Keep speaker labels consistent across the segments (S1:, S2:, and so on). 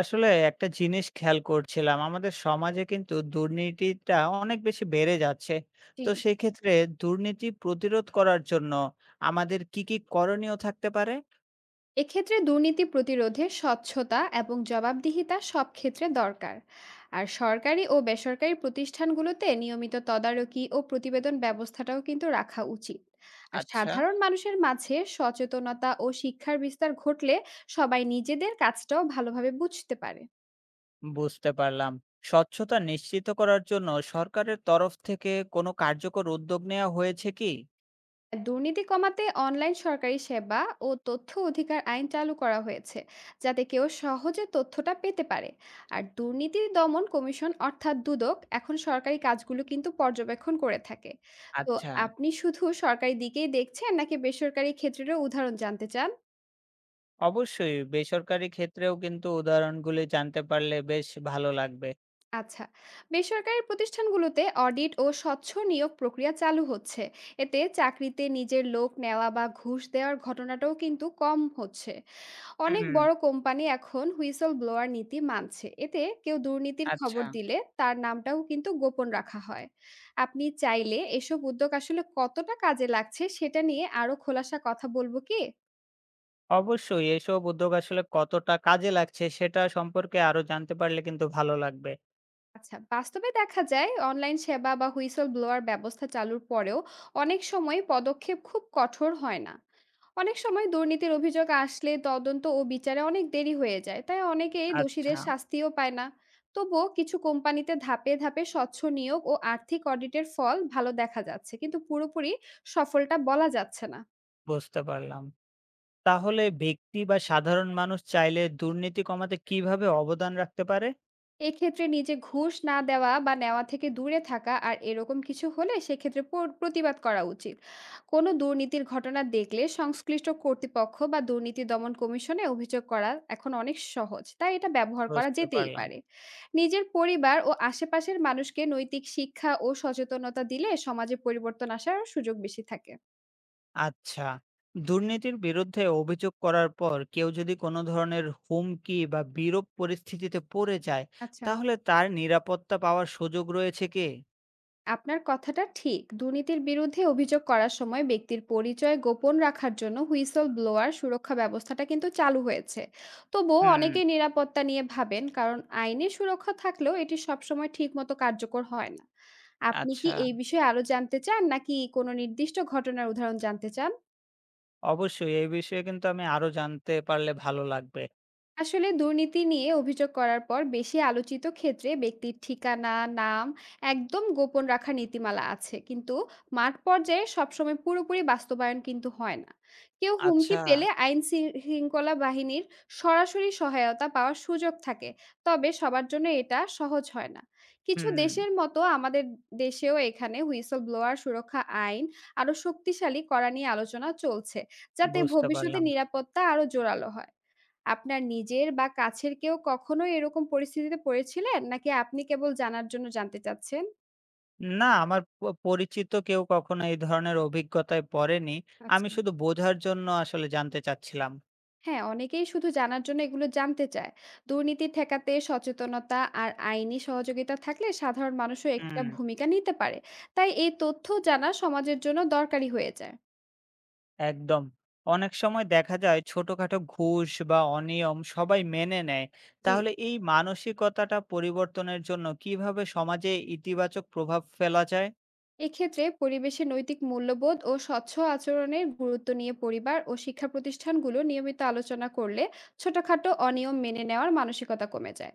S1: আসলে একটা জিনিস খেয়াল করছিলাম, আমাদের সমাজে কিন্তু দুর্নীতিটা অনেক বেশি বেড়ে যাচ্ছে।
S2: জি।
S1: তো সেক্ষেত্রে দুর্নীতি প্রতিরোধ করার জন্য আমাদের কি কি করণীয় থাকতে পারে?
S2: এক্ষেত্রে দুর্নীতি প্রতিরোধে স্বচ্ছতা এবং জবাবদিহিতা সব ক্ষেত্রে দরকার। আর সরকারি ও বেসরকারি প্রতিষ্ঠানগুলোতে নিয়মিত তদারকি ও প্রতিবেদন ব্যবস্থাটাও কিন্তু রাখা উচিত। আর
S1: আচ্ছা,
S2: সাধারণ মানুষের মাঝে সচেতনতা ও শিক্ষার বিস্তার ঘটলে সবাই নিজেদের কাজটাও ভালোভাবে বুঝতে পারে।
S1: বুঝতে পারলাম। স্বচ্ছতা নিশ্চিত করার জন্য সরকারের তরফ থেকে কোনো কার্যকর উদ্যোগ নেওয়া হয়েছে কি?
S2: দুর্নীতি কমাতে অনলাইন সরকারি সেবা ও তথ্য অধিকার আইন চালু করা হয়েছে, যাতে কেউ সহজে তথ্যটা পেতে পারে। আর দুর্নীতি দমন কমিশন অর্থাৎ দুদক এখন সরকারি কাজগুলো কিন্তু পর্যবেক্ষণ করে থাকে। তো
S1: আচ্ছা,
S2: আপনি শুধু সরকারি দিকেই দেখছেন নাকি বেসরকারি ক্ষেত্রেরও উদাহরণ জানতে চান?
S1: অবশ্যই বেসরকারি ক্ষেত্রেও কিন্তু উদাহরণগুলি জানতে পারলে বেশ ভালো লাগবে।
S2: আচ্ছা, বেসরকারি প্রতিষ্ঠানগুলোতে অডিট ও স্বচ্ছ নিয়োগ প্রক্রিয়া চালু হচ্ছে। এতে চাকরিতে নিজের লোক নেওয়া বা ঘুষ দেওয়ার ঘটনাটাও কিন্তু কম হচ্ছে। অনেক
S1: হুম,
S2: বড় কোম্পানি এখন হুইসল ব্লোয়ার নীতি মানছে, এতে কেউ দুর্নীতির
S1: আচ্ছা।
S2: খবর দিলে তার নামটাও কিন্তু গোপন রাখা হয়। আপনি চাইলে এসব উদ্যোগ আসলে কতটা কাজে লাগছে সেটা নিয়ে আরো খোলাসা কথা বলবো কি?
S1: অবশ্যই এসব উদ্যোগ আসলে কতটা কাজে লাগছে সেটা সম্পর্কে আরো জানতে পারলে কিন্তু ভালো লাগবে।
S2: আচ্ছা, বাস্তবে দেখা যায় অনলাইন সেবা বা হুইসল ব্লোয়ার ব্যবস্থা চালুর পরেও অনেক সময় পদক্ষেপ খুব কঠোর হয় না। অনেক সময় দুর্নীতির অভিযোগ আসলে তদন্ত ও বিচারে অনেক দেরি হয়ে যায়, তাই অনেকেই
S1: আচ্ছা।
S2: দোষীদের শাস্তিও পায় না। তবুও কিছু কোম্পানিতে ধাপে ধাপে স্বচ্ছ নিয়োগ ও আর্থিক অডিটের ফল ভালো দেখা যাচ্ছে, কিন্তু পুরোপুরি সফলটা বলা যাচ্ছে না।
S1: বুঝতে পারলাম। তাহলে ব্যক্তি বা সাধারণ মানুষ চাইলে দুর্নীতি কমাতে কিভাবে অবদান রাখতে পারে?
S2: এক্ষেত্রে নিজে ঘুষ না দেওয়া বা নেওয়া থেকে দূরে থাকা, আর এরকম কিছু হলে সেক্ষেত্রে প্রতিবাদ করা উচিত। কোনো দুর্নীতির ঘটনা দেখলে সংশ্লিষ্ট কর্তৃপক্ষ বা দুর্নীতি দমন কমিশনে অভিযোগ করা এখন অনেক সহজ, তাই এটা ব্যবহার করা
S1: বুঝতে
S2: যেতেই
S1: পারলাম।
S2: পারে। নিজের পরিবার ও আশেপাশের মানুষকে নৈতিক শিক্ষা ও সচেতনতা দিলে সমাজে পরিবর্তন আসার সুযোগ বেশি থাকে।
S1: আচ্ছা। দুর্নীতির বিরুদ্ধে অভিযোগ করার পর কেউ যদি কোনো ধরনের হুমকি বা বিরূপ পরিস্থিতিতে পড়ে যায়,
S2: আচ্ছা,
S1: তাহলে তার নিরাপত্তা পাওয়ার সুযোগ রয়েছে কি?
S2: আপনার কথাটা ঠিক। দুর্নীতির বিরুদ্ধে অভিযোগ করার সময় ব্যক্তির পরিচয় গোপন রাখার জন্য হুইসল ব্লোয়ার সুরক্ষা ব্যবস্থাটা কিন্তু চালু হয়েছে। তবুও
S1: হুম,
S2: অনেকেই নিরাপত্তা নিয়ে ভাবেন, কারণ আইনি সুরক্ষা থাকলেও এটি সবসময় ঠিকমতো কার্যকর হয় না। আপনি কি
S1: আচ্ছা।
S2: এই বিষয়ে আরো জানতে চান, নাকি কোনো নির্দিষ্ট ঘটনার উদাহরণ জানতে চান?
S1: অবশ্যই এই বিষয়ে কিন্তু আমি আরো জানতে পারলে ভালো লাগবে।
S2: আসলে দুর্নীতি নিয়ে অভিযোগ করার পর বেশি আলোচিত ক্ষেত্রে ব্যক্তির ঠিকানা, নাম একদম গোপন রাখার নীতিমালা আছে, কিন্তু মাঠ পর্যায়ে সবসময় পুরোপুরি বাস্তবায়ন কিন্তু হয় না। কেউ
S1: আচ্ছা।
S2: হুমকি পেলে আইন শৃঙ্খলা বাহিনীর সরাসরি সহায়তা পাওয়ার সুযোগ থাকে। তবে সবার জন্য এটা সহজ হয় না। কিছু
S1: হুম,
S2: দেশের মতো আমাদের দেশেও এখানে হুইসল ব্লোয়ার সুরক্ষা আইন আরো শক্তিশালী করা নিয়ে আলোচনা চলছে, যাতে
S1: বুঝতে
S2: ভবিষ্যতে
S1: পারলাম।
S2: নিরাপত্তা আরো জোরালো হয়। আপনার নিজের বা কাছের কেউ কখনো এরকম পরিস্থিতিতে পড়েছিলেন? নাকি আপনি কেবল জানার জন্য জানতে চাচ্ছেন?
S1: না, আমার প পরিচিত কেউ কখনো এই ধরনের অভিজ্ঞতায় পড়েনি। আমি
S2: আচ্ছা।
S1: শুধু বোঝার জন্য আসলে জানতে চাচ্ছিলাম।
S2: হ্যাঁ, অনেকেই শুধু জানার জন্য এগুলো জানতে চায়। দুর্নীতি ঠেকাতে সচেতনতা আর আইনি সহযোগিতা থাকলে সাধারণ মানুষও একটা
S1: হুম,
S2: ভূমিকা নিতে পারে। তাই এই তথ্য জানা সমাজের জন্য দরকারি হয়ে যায়।
S1: একদম। অনেক সময় দেখা যায় ছোটখাটো ঘুষ বা অনিয়ম সবাই মেনে নেয়।
S2: জি।
S1: তাহলে এই মানসিকতাটা পরিবর্তনের জন্য কিভাবে সমাজে ইতিবাচক প্রভাব ফেলা যায়?
S2: এক্ষেত্রে পরিবেশে নৈতিক মূল্যবোধ ও স্বচ্ছ আচরণের গুরুত্ব নিয়ে পরিবার ও শিক্ষা প্রতিষ্ঠানগুলো নিয়মিত আলোচনা করলে ছোটখাটো অনিয়ম মেনে নেওয়ার মানসিকতা কমে যায়।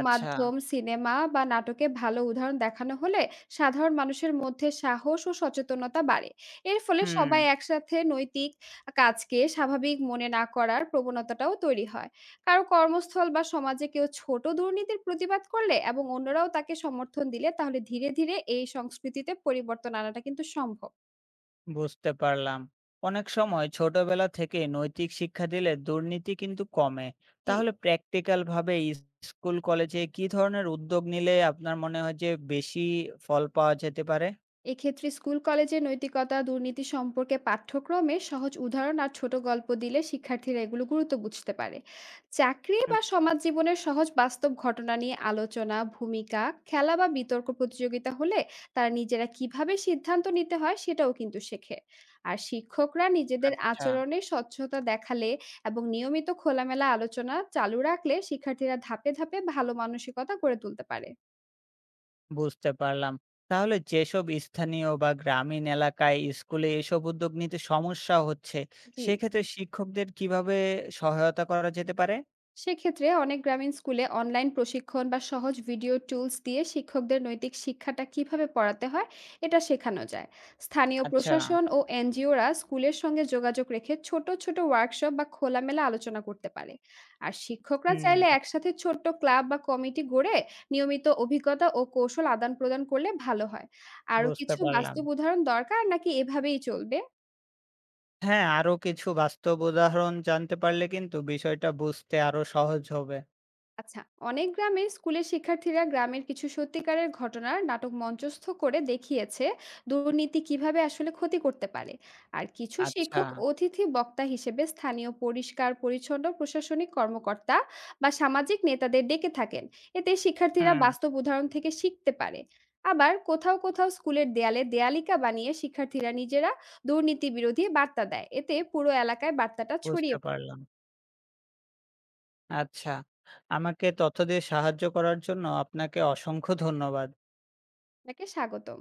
S1: আচ্ছা,
S2: সিনেমা বা নাটকে ভালো উদাহরণ দেখানো হলে সাধারণ মানুষের মধ্যে সাহস ও সচেতনতা বাড়ে। এর ফলে
S1: হুম।
S2: সবাই একসাথে নৈতিক কাজকে স্বাভাবিক মনে না করার প্রবণতাটাও তৈরি হয়। কারো কর্মস্থল বা সমাজে কেউ ছোট দুর্নীতির প্রতিবাদ করলে এবং অন্যরাও তাকে সমর্থন দিলে, তাহলে ধীরে ধীরে এই সংস্কৃতিতে পরিবর্তন আনাটা কিন্তু সম্ভব।
S1: বুঝতে পারলাম, অনেক সময় ছোটবেলা থেকে নৈতিক শিক্ষা দিলে দুর্নীতি কিন্তু কমে।
S2: জি।
S1: তাহলে প্র্যাকটিক্যাল ভাবে স্কুল কলেজে কি ধরনের উদ্যোগ নিলে আপনার মনে হয় যে বেশি ফল পাওয়া যেতে পারে?
S2: এক্ষেত্রে স্কুল কলেজে নৈতিকতা দুর্নীতি সম্পর্কে পাঠ্যক্রমে সহজ উদাহরণ আর ছোট গল্প দিলে শিক্ষার্থীরা এগুলো গুরুত্ব বুঝতে পারে। চাকরি
S1: হুম,
S2: বা সমাজ জীবনের সহজ বাস্তব ঘটনা নিয়ে আলোচনা, ভূমিকা খেলা বা বিতর্ক প্রতিযোগিতা হলে তারা নিজেরা কিভাবে সিদ্ধান্ত নিতে হয় সেটাও কিন্তু শেখে। আর শিক্ষকরা নিজেদের
S1: আচ্ছা।
S2: আচরণে স্বচ্ছতা দেখালে এবং নিয়মিত খোলামেলা আলোচনা চালু রাখলে শিক্ষার্থীরা ধাপে ধাপে ভালো মানসিকতা গড়ে তুলতে পারে।
S1: বুঝতে পারলাম। তাহলে যেসব স্থানীয় বা গ্রামীণ এলাকায় স্কুলে এসব উদ্যোগ নিতে সমস্যা হচ্ছে,
S2: জি।
S1: সেক্ষেত্রে শিক্ষকদের কিভাবে সহায়তা করা যেতে পারে?
S2: সেক্ষেত্রে অনেক গ্রামীণ স্কুলে অনলাইন প্রশিক্ষণ বা সহজ ভিডিও টুলস দিয়ে শিক্ষকদের নৈতিক শিক্ষাটা কিভাবে পড়াতে হয় এটা শেখানো যায়। স্থানীয়
S1: আচ্ছা,
S2: প্রশাসন ও এনজিওরা স্কুলের সঙ্গে যোগাযোগ রেখে ছোট ছোট ওয়ার্কশপ বা খোলামেলা আলোচনা করতে পারে। আর শিক্ষকরা
S1: হুম।
S2: চাইলে একসাথে ছোট্ট ক্লাব বা কমিটি গড়ে নিয়মিত অভিজ্ঞতা ও কৌশল আদান প্রদান করলে ভালো হয়। আরো
S1: বুঝতে
S2: কিছু
S1: পারলাম।
S2: বাস্তব উদাহরণ দরকার নাকি এভাবেই চলবে?
S1: হ্যাঁ, আরো কিছু বাস্তব উদাহরণ জানতে পারলে কিন্তু বিষয়টা বুঝতে আরো সহজ হবে।
S2: আচ্ছা, অনেক গ্রামে স্কুলের শিক্ষার্থীরা গ্রামের কিছু সত্যিকারের ঘটনার নাটক মঞ্চস্থ করে দেখিয়েছে দুর্নীতি কিভাবে আসলে ক্ষতি করতে পারে। আর কিছু
S1: আচ্ছা,
S2: শিক্ষক অতিথি বক্তা হিসেবে স্থানীয় পরিষ্কার পরিচ্ছন্ন প্রশাসনিক কর্মকর্তা বা সামাজিক নেতাদের ডেকে থাকেন। এতে শিক্ষার্থীরা
S1: হুম,
S2: বাস্তব উদাহরণ থেকে শিখতে পারে। আবার কোথাও কোথাও স্কুলের দেয়ালে দেয়ালিকা বানিয়ে শিক্ষার্থীরা নিজেরা দুর্নীতি বিরোধী বার্তা দেয়, এতে পুরো এলাকায় বার্তাটা ছড়িয়ে
S1: বুঝতে
S2: পড়ে।
S1: পারলাম। আচ্ছা, আমাকে তথ্য দিয়ে সাহায্য করার জন্য আপনাকে অসংখ্য ধন্যবাদ।
S2: আপনাকে স্বাগতম।